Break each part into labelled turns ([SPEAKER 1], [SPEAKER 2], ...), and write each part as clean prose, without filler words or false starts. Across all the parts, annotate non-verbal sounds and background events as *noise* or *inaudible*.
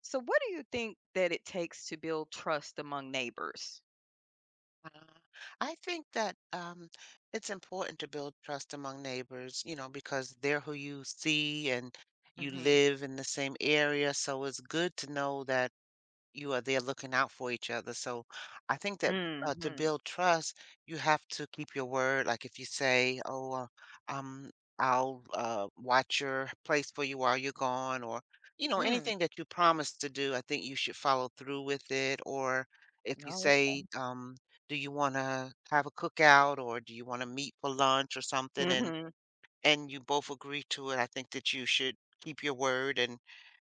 [SPEAKER 1] So, what do you think that it takes to build trust among neighbors?
[SPEAKER 2] Uh, I think that it's important to build trust among neighbors, you know, because they're who you see and you
[SPEAKER 1] Mhm.
[SPEAKER 2] live in the same area. So it's good to know that you are there looking out for each other. So I think that to
[SPEAKER 1] Mhm.
[SPEAKER 2] build trust, you have to keep your word. Like if you say, "Oh, um, I'll watch your place for you while you're gone," or you know
[SPEAKER 1] Mm.
[SPEAKER 2] anything that you promise to do, I think you should follow through with it. Or if you
[SPEAKER 1] Oh, okay.
[SPEAKER 2] say, "Do you want to have a cookout?" or "Do you want to meet for lunch?" or something, and
[SPEAKER 1] Mhm.
[SPEAKER 2] and you both agree to it, I think that you should keep your word and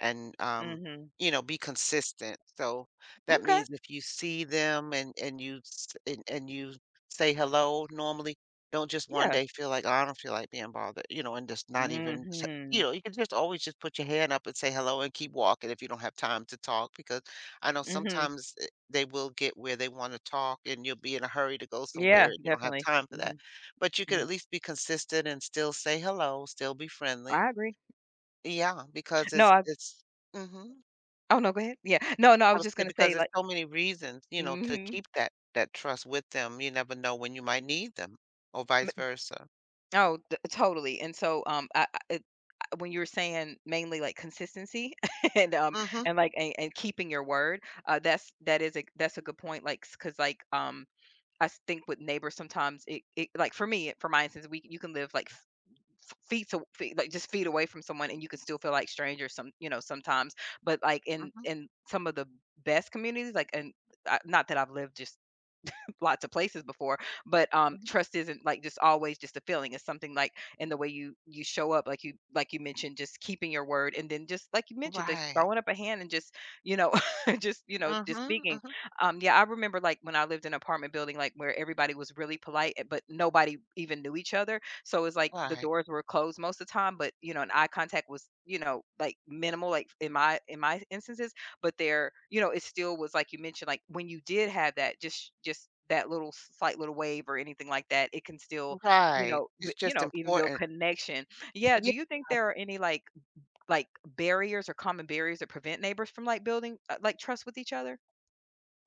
[SPEAKER 2] and um,
[SPEAKER 1] Mhm.
[SPEAKER 2] you know, be consistent. So that
[SPEAKER 1] Okay.
[SPEAKER 2] means if you see them and you say hello normally. Don't just one
[SPEAKER 1] Yeah.
[SPEAKER 2] day feel like, oh, I don't feel like being bothered, and just not even
[SPEAKER 1] Mhm.
[SPEAKER 2] you can just always just put your hand up and say hello and keep walking if you don't have time to talk, because I know
[SPEAKER 1] Mhm.
[SPEAKER 2] sometimes they will get where they want to talk and you'll be in a hurry to go
[SPEAKER 1] Yeah,
[SPEAKER 2] somewhere and you don't have
[SPEAKER 1] definitely.
[SPEAKER 2] time for that,
[SPEAKER 1] Mhm.
[SPEAKER 2] but you could
[SPEAKER 1] Mm.
[SPEAKER 2] at least be consistent and still say hello, still be friendly.
[SPEAKER 1] I agree.
[SPEAKER 2] Yeah, because
[SPEAKER 1] No,
[SPEAKER 2] it's
[SPEAKER 1] I—
[SPEAKER 2] it's Mhm.
[SPEAKER 1] Oh, no, go ahead. Yeah. No, no, I
[SPEAKER 2] I
[SPEAKER 1] was
[SPEAKER 2] would
[SPEAKER 1] just
[SPEAKER 2] say
[SPEAKER 1] going to
[SPEAKER 2] because
[SPEAKER 1] say
[SPEAKER 2] there's
[SPEAKER 1] like.
[SPEAKER 2] so many reasons, to
[SPEAKER 1] Mhm.
[SPEAKER 2] keep that trust with them. You never know when you might need them, or vice versa.
[SPEAKER 1] Oh, totally. And so, when you were saying mainly like consistency *laughs* and um
[SPEAKER 2] Mhm,
[SPEAKER 1] and like and keeping your word, that's a good point. Like, cause like I think with neighbors sometimes it like for my instance we you can live like feet to feet like just feet away from someone, and you can still feel like strangers sometimes, but like in
[SPEAKER 2] mhm,
[SPEAKER 1] in some of the best communities, like, and not that I've lived just *laughs* lots of places before, but
[SPEAKER 2] mhm.
[SPEAKER 1] trust isn't like just always just a feeling. It's something like in the way you show up, like you mentioned, just keeping your word, and then just like you mentioned, just
[SPEAKER 2] Right.
[SPEAKER 1] throwing up a hand, and just you know, *laughs* just just
[SPEAKER 2] Mhm,
[SPEAKER 1] speaking.
[SPEAKER 2] mhm.
[SPEAKER 1] Yeah, I remember like when I lived in an apartment building, like where everybody was really polite, but nobody even knew each other. So it's like the
[SPEAKER 2] Right.
[SPEAKER 1] doors were closed most of the time, but an eye contact was like minimal, like in my instances, but there it still was like you mentioned, like when you did have that just that little slight little wave or anything like that, it can still
[SPEAKER 2] Right. It's just
[SPEAKER 1] even build
[SPEAKER 2] important.
[SPEAKER 1] connection. Yeah, do you think there are any like barriers or common barriers that prevent neighbors from like building like trust with each other?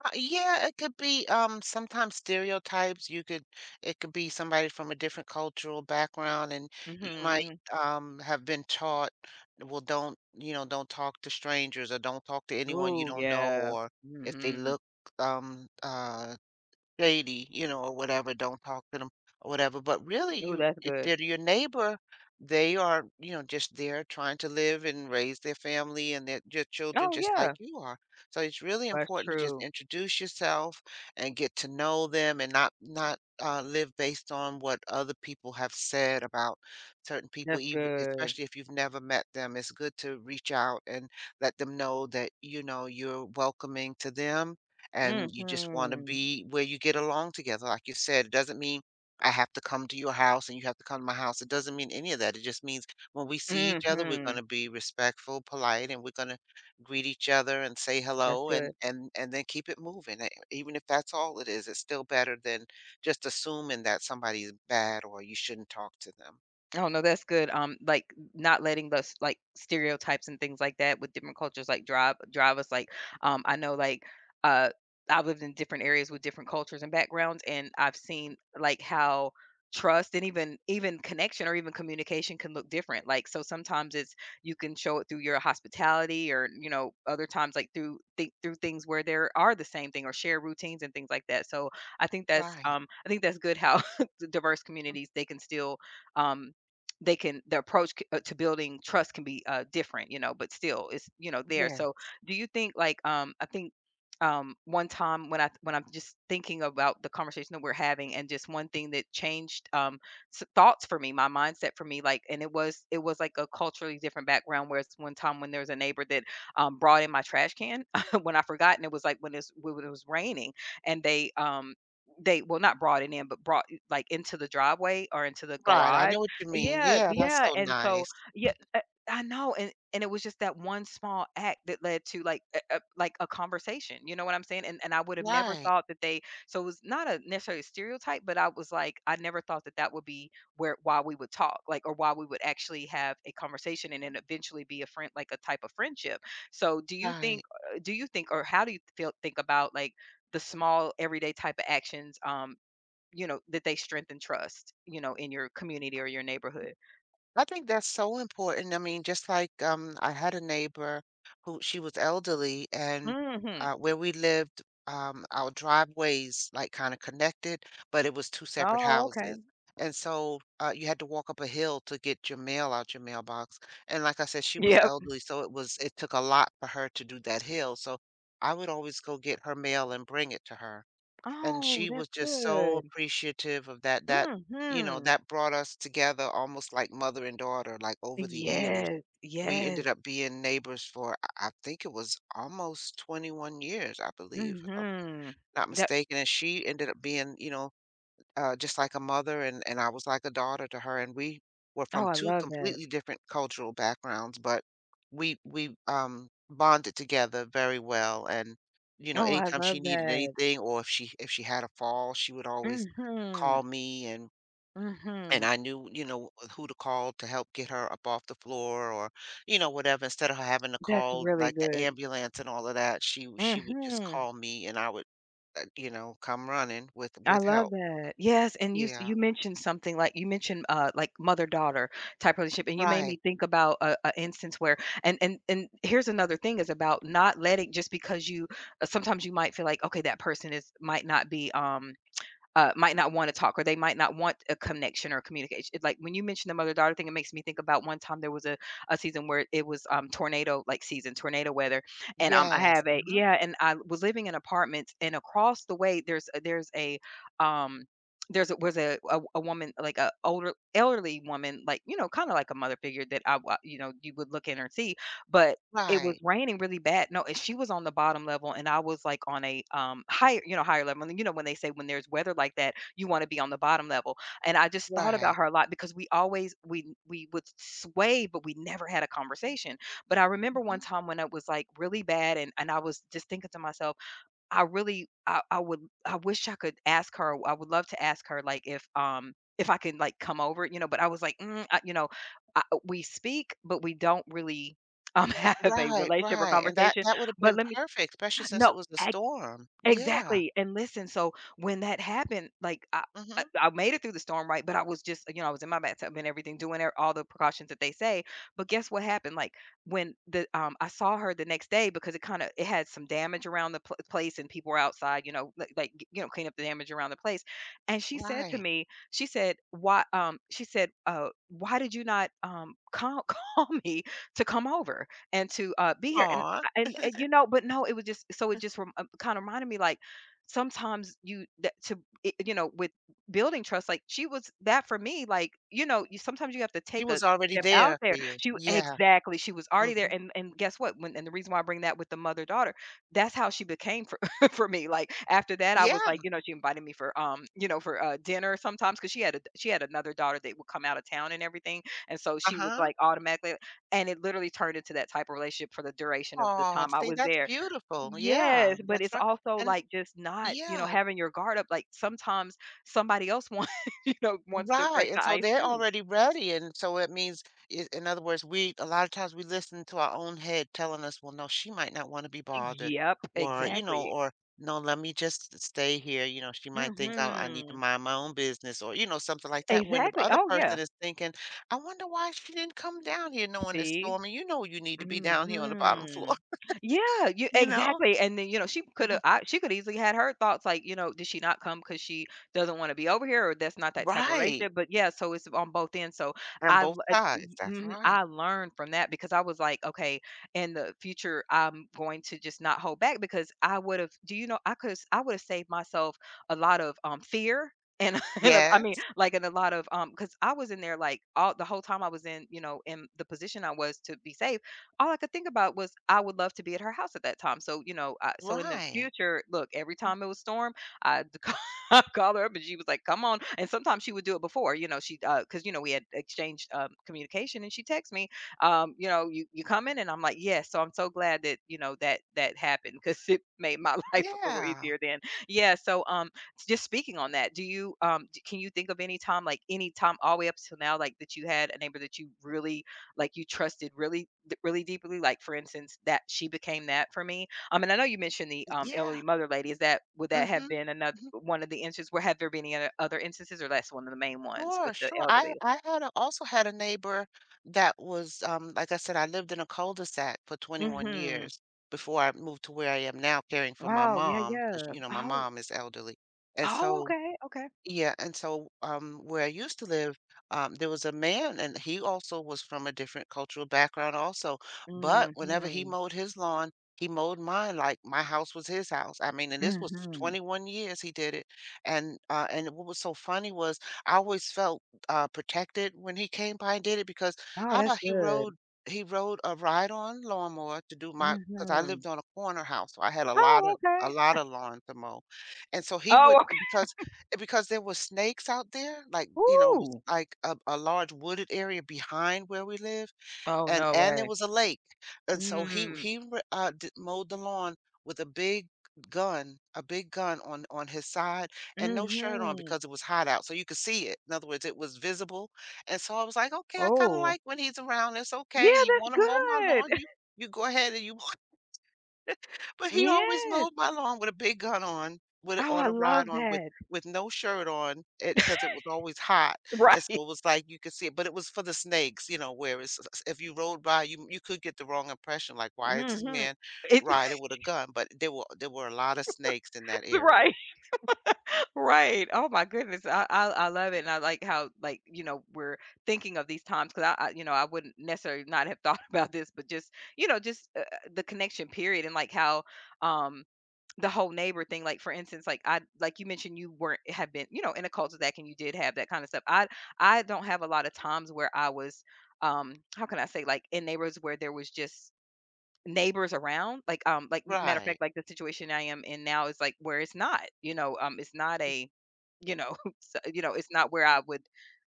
[SPEAKER 2] Yeah, it could be sometimes stereotypes. You could It could be somebody from a different cultural background, and you might
[SPEAKER 1] Mhm.
[SPEAKER 2] have been taught, well, don't, you know, don't talk to strangers, or don't talk to anyone you
[SPEAKER 1] Oh,
[SPEAKER 2] don't know,
[SPEAKER 1] yeah.
[SPEAKER 2] or if they
[SPEAKER 1] Mhm.
[SPEAKER 2] look um uh shady, you know, or whatever, don't talk to them or whatever. But really,
[SPEAKER 1] Oh,
[SPEAKER 2] you
[SPEAKER 1] that's
[SPEAKER 2] if
[SPEAKER 1] good.
[SPEAKER 2] they're your neighbor, they are, just there trying to live and raise their family and their your children
[SPEAKER 1] Oh,
[SPEAKER 2] just
[SPEAKER 1] yeah.
[SPEAKER 2] like you are. So it's really
[SPEAKER 1] That's
[SPEAKER 2] important to just
[SPEAKER 1] true.
[SPEAKER 2] introduce yourself and get to know them, and not not live based on what other people have said about certain people,
[SPEAKER 1] That's
[SPEAKER 2] even
[SPEAKER 1] good.
[SPEAKER 2] especially if you've never met them. It's good to reach out and let them know that you're welcoming to them and you just want to
[SPEAKER 1] Mhm.
[SPEAKER 2] be where you get along together. Like you said, it doesn't mean I have to come to your house and you have to come to my house. It doesn't mean any of that. It just means when we see each other, we're going
[SPEAKER 1] Mhm.
[SPEAKER 2] to be respectful, polite, and we're going to greet each other and say
[SPEAKER 1] That's
[SPEAKER 2] hello,
[SPEAKER 1] good.
[SPEAKER 2] and then keep it moving. Even if that's all it is, it's still better than just assuming that somebody's bad or you shouldn't talk to them.
[SPEAKER 1] Oh, no, that's good. Like not letting the s like stereotypes and things like that with different cultures like drive us. Like, I know like uh I've lived in different areas with different cultures and backgrounds, and I've seen like how trust and even connection or even communication can look different. Like, so sometimes it's you can show it through your hospitality, or other times like through things where there are the same thing or share routines and things like that. So
[SPEAKER 2] Right.
[SPEAKER 1] I think that's good how *laughs* the diverse communities they can still, um they can, their approach to building trust can be different, but still it's, there.
[SPEAKER 2] Yeah.
[SPEAKER 1] So do you think? Like, I think one time when I when I'm just thinking about the conversation that we're having, and just one thing that changed, thoughts for me, my mindset for me, like, and it was like a culturally different background where it's one time when there was a neighbor that brought in my trash can *laughs* when I forgot, and it was like when it was raining, and they, well, not brought it in, but brought like into the driveway or into the
[SPEAKER 2] Right. I
[SPEAKER 1] garage.
[SPEAKER 2] know what you mean.
[SPEAKER 1] Yeah,
[SPEAKER 2] Yeah, that's
[SPEAKER 1] yeah,
[SPEAKER 2] so
[SPEAKER 1] and so
[SPEAKER 2] nice.
[SPEAKER 1] yeah, I know, and it was just that one small act that led to like a, like a conversation. You know what I'm saying? And I would have never
[SPEAKER 2] Right.
[SPEAKER 1] thought that they. So it was not a necessarily stereotype, but I was like, I never thought that that would be where why we would talk, like, or why we would actually have a conversation, and then eventually be a friend, like a type of friendship. So do you think?
[SPEAKER 2] Right.
[SPEAKER 1] Do you think, or how do you feel think about like the small everyday type of actions? That they strengthen trust, in your community or your neighborhood.
[SPEAKER 2] I think that's so important. I mean, just like I had a neighbor who she was elderly, and
[SPEAKER 1] Mhm.
[SPEAKER 2] where we lived, our driveways like kind of connected, but it was two separate
[SPEAKER 1] Oh, okay.
[SPEAKER 2] houses. And so you had to walk up a hill to get your mail out your mailbox. And like I said, she was
[SPEAKER 1] Yep.
[SPEAKER 2] elderly, so it took a lot for her to do that hill. So I would always go get her mail and bring it to her. And
[SPEAKER 1] Oh,
[SPEAKER 2] she
[SPEAKER 1] that's
[SPEAKER 2] was just so
[SPEAKER 1] good.
[SPEAKER 2] appreciative of that. That, you know,
[SPEAKER 1] Mhm.
[SPEAKER 2] that brought us together almost like mother and daughter, like, over the years.
[SPEAKER 1] Yes.
[SPEAKER 2] We
[SPEAKER 1] Yes.
[SPEAKER 2] ended up being neighbors for I think it was almost 21 years, I believe, if I'm
[SPEAKER 1] Mhm.
[SPEAKER 2] not
[SPEAKER 1] That
[SPEAKER 2] mistaken, and she ended up being, just like a mother, and I was like a daughter to her, and we were
[SPEAKER 1] Oh,
[SPEAKER 2] from
[SPEAKER 1] I
[SPEAKER 2] two
[SPEAKER 1] love that.
[SPEAKER 2] completely different cultural backgrounds, but we bonded together very well. And
[SPEAKER 1] Oh, I
[SPEAKER 2] anytime she
[SPEAKER 1] love
[SPEAKER 2] needed
[SPEAKER 1] that.
[SPEAKER 2] anything, or if she had a fall, she would always
[SPEAKER 1] Mhm.
[SPEAKER 2] call me, and
[SPEAKER 1] Mhm.
[SPEAKER 2] I knew who to call to help get her up off the floor, or whatever. Instead of her having to
[SPEAKER 1] That's
[SPEAKER 2] call
[SPEAKER 1] really
[SPEAKER 2] like the
[SPEAKER 1] good.
[SPEAKER 2] ambulance and all of that, she would just
[SPEAKER 1] Mhm.
[SPEAKER 2] call me, and I would come running with
[SPEAKER 1] I love
[SPEAKER 2] help.
[SPEAKER 1] that. Yes, and
[SPEAKER 2] Yeah.
[SPEAKER 1] you mentioned something like you mentioned, like mother-daughter type relationship, and you made
[SPEAKER 2] Right.
[SPEAKER 1] me think about a instance where, and here's another thing, is about not letting just because you sometimes you might feel like, okay, that person is might not be, might not want to talk, or they might not want a connection or communication. Like, when you mentioned the mother daughter thing, it makes me think about one time there was a season where it was, tornado like season, tornado weather, and I
[SPEAKER 2] Yes,
[SPEAKER 1] have a
[SPEAKER 2] uh-huh,
[SPEAKER 1] yeah, and I was living in apartments, and across the way um there's a was a woman, like a older elderly woman, like kind of like a mother figure that I wa- you know you would look in or see, but it was
[SPEAKER 2] right,
[SPEAKER 1] raining really bad. No, and she was on the bottom level, and I was, like, on a higher, higher level, and when they say when there's weather like that, you wanna be on the bottom level, and I just thought about
[SPEAKER 2] right,
[SPEAKER 1] her a lot because we would sway, but we never had a conversation, but I remember one
[SPEAKER 2] mhm,
[SPEAKER 1] time when it was, like, really bad, and I was just thinking to myself, I really, I wish I could ask her, I would love to ask her, like, if I can, like, come over, but I was like, "Mm, I," we speak, but we don't really, *laughs* have a
[SPEAKER 2] right,
[SPEAKER 1] relationship or
[SPEAKER 2] right, and that
[SPEAKER 1] conversation,
[SPEAKER 2] that would've
[SPEAKER 1] but
[SPEAKER 2] been
[SPEAKER 1] let me
[SPEAKER 2] perfect, especially since
[SPEAKER 1] no,
[SPEAKER 2] it was the storm. Yeah,
[SPEAKER 1] exactly, and listen. So when that happened, like, I I
[SPEAKER 2] mhm,
[SPEAKER 1] I made it through the storm, right, but I was just, I was in my bathtub and everything, doing e all the precautions that they say, but guess what happened? Like, when the I saw her the next day because it had some damage around the pl place, and people were outside, clean up the damage around the place, and she said to
[SPEAKER 2] right.
[SPEAKER 1] me, "Why," she said, "Why did you not, call *laughs* call me to come over and to, be here?" And
[SPEAKER 2] Aw,
[SPEAKER 1] but no, it was just so, it just kind of reminded me, like sometimes you, that to it- you know with building trust, like she was that for me. Like, you sometimes you have to
[SPEAKER 2] she
[SPEAKER 1] take a
[SPEAKER 2] was already
[SPEAKER 1] step out
[SPEAKER 2] there for
[SPEAKER 1] there.
[SPEAKER 2] you.
[SPEAKER 1] She
[SPEAKER 2] Yeah,
[SPEAKER 1] Exactly, she was already
[SPEAKER 2] mhm.
[SPEAKER 1] there. And guess what, when and the reason why I bring that with the mother daughter that's how she became for *laughs* for me. Like, after that, I was
[SPEAKER 2] Yeah,
[SPEAKER 1] like, she invited me for for dinner sometimes, because she had another daughter that would come out of town and everything, and so she was
[SPEAKER 2] uh-huh.
[SPEAKER 1] like automatically, and it literally turned into that type of relationship for the duration of the
[SPEAKER 2] Oh,
[SPEAKER 1] time I
[SPEAKER 2] see,
[SPEAKER 1] was
[SPEAKER 2] that's
[SPEAKER 1] there.
[SPEAKER 2] beautiful. Yeah,
[SPEAKER 1] Yes, but
[SPEAKER 2] that's
[SPEAKER 1] it's
[SPEAKER 2] right,
[SPEAKER 1] also
[SPEAKER 2] and
[SPEAKER 1] like just not,
[SPEAKER 2] yeah.
[SPEAKER 1] having your guard up. Like sometimes somebody else wants, *laughs* wants to
[SPEAKER 2] Right,
[SPEAKER 1] break the
[SPEAKER 2] and so
[SPEAKER 1] ice
[SPEAKER 2] they're
[SPEAKER 1] too.
[SPEAKER 2] already ready, and so it means, I in other words, we a lot of times we listen to our own head telling us, "Well, no, she might not wanna be bothered,"
[SPEAKER 1] Yep,
[SPEAKER 2] or, you know,
[SPEAKER 1] exactly.
[SPEAKER 2] or, "No, let me just stay here," "She might think I need to
[SPEAKER 1] Hmm.
[SPEAKER 2] mind my own business," or, something like that, when the
[SPEAKER 1] Exactly.
[SPEAKER 2] other
[SPEAKER 1] Oh, yeah.
[SPEAKER 2] person is thinking, "I wonder why she didn't come down here knowing it's
[SPEAKER 1] See.
[SPEAKER 2] stormy, you know you need to be down here on the bottom floor,"
[SPEAKER 1] Mhm.
[SPEAKER 2] *laughs*
[SPEAKER 1] Yeah, you
[SPEAKER 2] you know?
[SPEAKER 1] exactly, and then, she coulda,
[SPEAKER 2] Mhm.
[SPEAKER 1] she could easily had her thoughts like, did she not come because she doesn't wanna be over here, or that's not that type of
[SPEAKER 2] Right,
[SPEAKER 1] relationship, but yeah, so it's on both ends. So
[SPEAKER 2] on
[SPEAKER 1] I l
[SPEAKER 2] both sides,
[SPEAKER 1] y
[SPEAKER 2] that's
[SPEAKER 1] mhm, I
[SPEAKER 2] right.
[SPEAKER 1] learned from that, because I was like, "Okay, in the future, I'm going to just not hold back," because I would've, do you know, I could I would've saved myself a lot of, fear, and *laughs* and a I mean,
[SPEAKER 2] Yes,
[SPEAKER 1] like, and a lot of, because I was in there, like, all the whole time I was in, in the position I was to be safe, all I could think about was I would love to be at her house at that time. So, in the
[SPEAKER 2] right,
[SPEAKER 1] future, look, every time it was storm, I *laughs* call, I call her up and she was like, come on. And sometimes she would do it before, she, cause we had exchanged, communication, and she texts me, you coming? And I'm like, yes. So I'm so glad that, that happened cause *laughs* it made my *laughs* life a little
[SPEAKER 2] yeah,
[SPEAKER 1] easier then. Yeah. So just speaking on that, do you, can you think of any time, like any time all the way up till now, like that you had a neighbor that you really like, you trusted really really deeply? Like, for instance, that she became that for me. And I know you mentioned the
[SPEAKER 2] yeah.
[SPEAKER 1] elderly mother lady. Is that, would that have
[SPEAKER 2] Mhm,
[SPEAKER 1] been another
[SPEAKER 2] mhm.
[SPEAKER 1] one of the instances, where have there been any other instances, or that's one of the main ones with
[SPEAKER 2] Sure,
[SPEAKER 1] the
[SPEAKER 2] sure.
[SPEAKER 1] elderly?
[SPEAKER 2] I had a also had a neighbor that was, like I said, I lived in a cul-de-sac for 21
[SPEAKER 1] Mm-hmm.
[SPEAKER 2] years before I moved to where I am now caring for my
[SPEAKER 1] Oh, yeah,
[SPEAKER 2] mom, because
[SPEAKER 1] yeah.
[SPEAKER 2] my
[SPEAKER 1] Oh,
[SPEAKER 2] mom is elderly. And
[SPEAKER 1] oh,
[SPEAKER 2] so.
[SPEAKER 1] okay, okay.
[SPEAKER 2] Yeah, and so, where I used to live, there was a man, and he also was from a different cultural background also. But whenever he
[SPEAKER 1] Mm-hmm.
[SPEAKER 2] mowed his lawn, he mowed mine like my house was his house. I mean, and this was
[SPEAKER 1] Mm-hmm.
[SPEAKER 2] 21 years he did it. And what was so funny was I always felt protected when he came by and did it, because
[SPEAKER 1] Oh,
[SPEAKER 2] how
[SPEAKER 1] that's
[SPEAKER 2] about
[SPEAKER 1] good.
[SPEAKER 2] he rode a ride-on lawnmower to do my because I
[SPEAKER 1] Mm-hmm.
[SPEAKER 2] lived on a corner house, so I had
[SPEAKER 1] Oh,
[SPEAKER 2] a
[SPEAKER 1] okay.
[SPEAKER 2] lot of lawn to mow. And so he
[SPEAKER 1] Oh,
[SPEAKER 2] would
[SPEAKER 1] okay.
[SPEAKER 2] because Eh, because there were snakes out there. Like,
[SPEAKER 1] *laughs*
[SPEAKER 2] you know, it was
[SPEAKER 1] Ooh.
[SPEAKER 2] like a large wooded area behind where we live,
[SPEAKER 1] Oh,
[SPEAKER 2] and
[SPEAKER 1] no
[SPEAKER 2] and there
[SPEAKER 1] way.
[SPEAKER 2] was a lake. And so
[SPEAKER 1] Mm.
[SPEAKER 2] he re d mowed the lawn with a big gun, on his side and no shirt on,
[SPEAKER 1] Mm-hmm.
[SPEAKER 2] because it was hot out, so you could see it. In other words, it was visible. And so I was like, "Okay, I kinda
[SPEAKER 1] Oh,
[SPEAKER 2] like when he's around. It's okay,
[SPEAKER 1] yeah,
[SPEAKER 2] you
[SPEAKER 1] that's
[SPEAKER 2] wanna mow my lawn,
[SPEAKER 1] good.
[SPEAKER 2] you go ahead and you but he always
[SPEAKER 1] Yes.
[SPEAKER 2] mowed my lawn with a big gun on, with it
[SPEAKER 1] Oh, I
[SPEAKER 2] on a
[SPEAKER 1] love
[SPEAKER 2] ride on, with
[SPEAKER 1] that.
[SPEAKER 2] no shirt on, it because it was always hot. And
[SPEAKER 1] Right.
[SPEAKER 2] so it was like you could see it, but it was for the snakes, you know, where it's if you rode by, you could get the wrong impression, like, "Why is this
[SPEAKER 1] Mhm.
[SPEAKER 2] man
[SPEAKER 1] It
[SPEAKER 2] riding
[SPEAKER 1] *laughs*
[SPEAKER 2] with a gun?" But there were a lot of snakes in that area.
[SPEAKER 1] Right. Right. Oh my goodness. I love it, and I like how, like, you know, we're thinking of these times because I you know, I wouldn't necessarily not have thought *laughs* about this, but just, you know, just the connection period. And like how um the whole neighbor thing. Like, for instance, like I, like you mentioned, you weren't, have been, you know, in a culture that can, you did have that kind of stuff. I don't have a lot of times where I was, how can I say, like, in neighborhoods where there was just neighbors around. Like, like m matter of
[SPEAKER 2] Right.
[SPEAKER 1] fact, like, the situation I am in now is like where it's not, you know, it's not a, you know, *laughs* so, you know, it's not where I would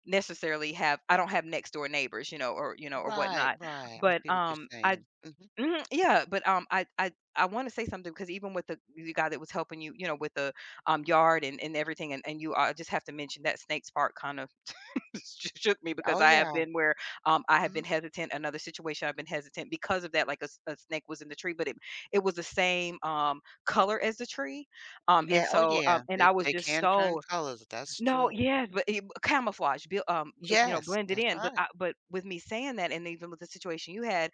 [SPEAKER 1] necessarily have, I don't have next door neighbors, you know, or
[SPEAKER 2] Right,
[SPEAKER 1] whatnot.
[SPEAKER 2] right, I
[SPEAKER 1] But,
[SPEAKER 2] see what you're
[SPEAKER 1] I,
[SPEAKER 2] saying. Mhm.
[SPEAKER 1] mhm, yeah, but, I wanna say something because even with the guy that was helping you, you know, with the, yard and everything, and you, just have to mention that Snakes Park kind of *laughs* shook me because
[SPEAKER 2] Oh,
[SPEAKER 1] I have
[SPEAKER 2] yeah.
[SPEAKER 1] been where, I have been
[SPEAKER 2] Mhm.
[SPEAKER 1] hesitant. Another situation I've been hesitant because of that, like a snake was in the tree, but it was the same color as the tree. And
[SPEAKER 2] Yeah, oh,
[SPEAKER 1] so
[SPEAKER 2] yeah,
[SPEAKER 1] and
[SPEAKER 2] they
[SPEAKER 1] I was
[SPEAKER 2] they
[SPEAKER 1] just
[SPEAKER 2] can turn
[SPEAKER 1] so,
[SPEAKER 2] colors, that's
[SPEAKER 1] no,
[SPEAKER 2] true.
[SPEAKER 1] yes, but it, camouflage, you know,
[SPEAKER 2] Yes,
[SPEAKER 1] blended
[SPEAKER 2] that's
[SPEAKER 1] in. But
[SPEAKER 2] right.
[SPEAKER 1] I, but with me saying that, and even with the situation you had,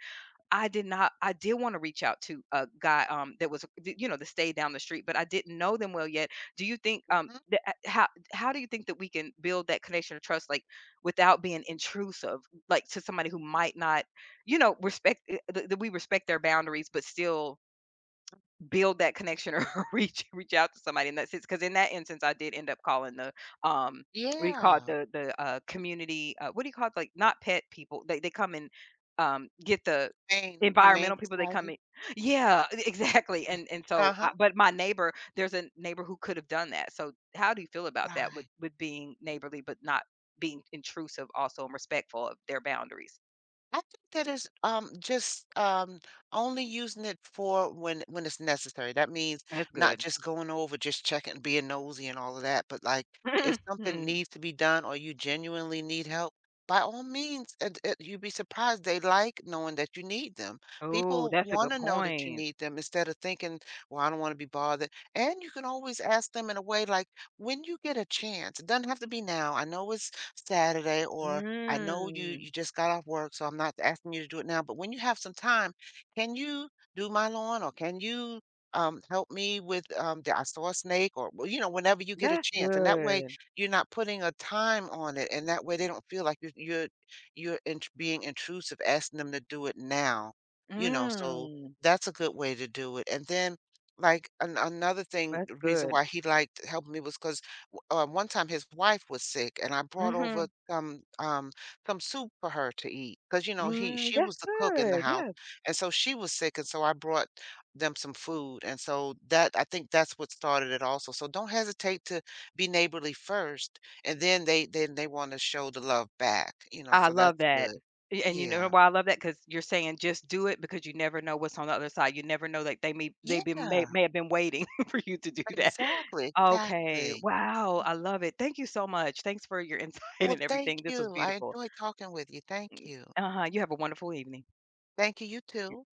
[SPEAKER 1] I did not I did wanna reach out to a guy, that was, you know, that stayed down the street, but I didn't know them well yet. Do you think,
[SPEAKER 2] Mhm.
[SPEAKER 1] that how do you think that we can build that connection of trust, like, without being intrusive, like, to somebody who might not, you know, respect, that we respect their boundaries, but still build that connection or *laughs* reach out to somebody in that sense? Because in that instance, I did end up calling the, um, what do you call it?
[SPEAKER 2] Yeah.
[SPEAKER 1] The community, what do you call it? Like, not pet people. They come and, get the
[SPEAKER 2] Humane
[SPEAKER 1] environmental people, they come
[SPEAKER 2] Society?
[SPEAKER 1] in. *gasps* Yeah, *laughs* exactly.
[SPEAKER 2] Yeah.
[SPEAKER 1] And so,
[SPEAKER 2] Uh-huh.
[SPEAKER 1] I, but my neighbor, there's a neighbor who could have done that. So how do you feel about that,
[SPEAKER 2] Right.
[SPEAKER 1] with being neighborly, but not being intrusive also, and respectful of their boundaries?
[SPEAKER 2] I think that is just only using it for when it's necessary. That means
[SPEAKER 1] That's
[SPEAKER 2] not
[SPEAKER 1] good.
[SPEAKER 2] just going over, just checking, being nosy and all of that, but like if something
[SPEAKER 1] *laughs*
[SPEAKER 2] needs to be done or you genuinely need help, by all means, you'd be surprised they like knowing that you need them.
[SPEAKER 1] Oh,
[SPEAKER 2] People
[SPEAKER 1] that's a
[SPEAKER 2] want
[SPEAKER 1] good
[SPEAKER 2] to know that you
[SPEAKER 1] point.
[SPEAKER 2] need them instead of thinking, "Well, I don't want to be bothered." And you can always ask them in a way like, "When you get a chance, it doesn't have to be now. I know it's Saturday, or." I know you
[SPEAKER 1] Mm.
[SPEAKER 2] just got off work, so I'm not asking you to do it now, but when you have some time, can you do my lawn, or can you help me with the, I saw a snake, or well, whenever you get a
[SPEAKER 1] That's
[SPEAKER 2] chance, and that way
[SPEAKER 1] good.
[SPEAKER 2] you're not putting a time on it, and that way they don't feel like you're int being intrusive, asking them to do it now, you know. So
[SPEAKER 1] Mm,
[SPEAKER 2] that's a good way to do it, and then. Like another thing,
[SPEAKER 1] that's
[SPEAKER 2] the reason
[SPEAKER 1] good.
[SPEAKER 2] why he liked helping me was because one time his wife was sick, and I brought over
[SPEAKER 1] Mhm.
[SPEAKER 2] some soup for her to eat, 'cause you know, he
[SPEAKER 1] Mm,
[SPEAKER 2] she
[SPEAKER 1] that's
[SPEAKER 2] was the cook in the
[SPEAKER 1] good,
[SPEAKER 2] house,
[SPEAKER 1] yes.
[SPEAKER 2] and so she was sick, and so I brought them some food. And so that, I think that's what started it also, so don't hesitate to be neighborly first, and then they wanna show the love back, you know,
[SPEAKER 1] I
[SPEAKER 2] so
[SPEAKER 1] love
[SPEAKER 2] that's
[SPEAKER 1] that.
[SPEAKER 2] good.
[SPEAKER 1] Y and you know
[SPEAKER 2] Yeah.
[SPEAKER 1] why I love that? Because 'cause you're saying just do it, because you never know what's on the other side. You never know, that they may, they been, may
[SPEAKER 2] Yeah,
[SPEAKER 1] may have been waiting *laughs* for you to do that.
[SPEAKER 2] exactly,
[SPEAKER 1] Okay,
[SPEAKER 2] exactly.
[SPEAKER 1] wow, I love it. Thank you so much. Thanks for your insight *laughs*
[SPEAKER 2] Well,
[SPEAKER 1] and
[SPEAKER 2] thank
[SPEAKER 1] everything. This was
[SPEAKER 2] you, I
[SPEAKER 1] beautiful.
[SPEAKER 2] enjoyed talking with you, thank
[SPEAKER 1] Mm,
[SPEAKER 2] you.
[SPEAKER 1] uh-huh, you have a wonderful evening.
[SPEAKER 2] Thank you, you too.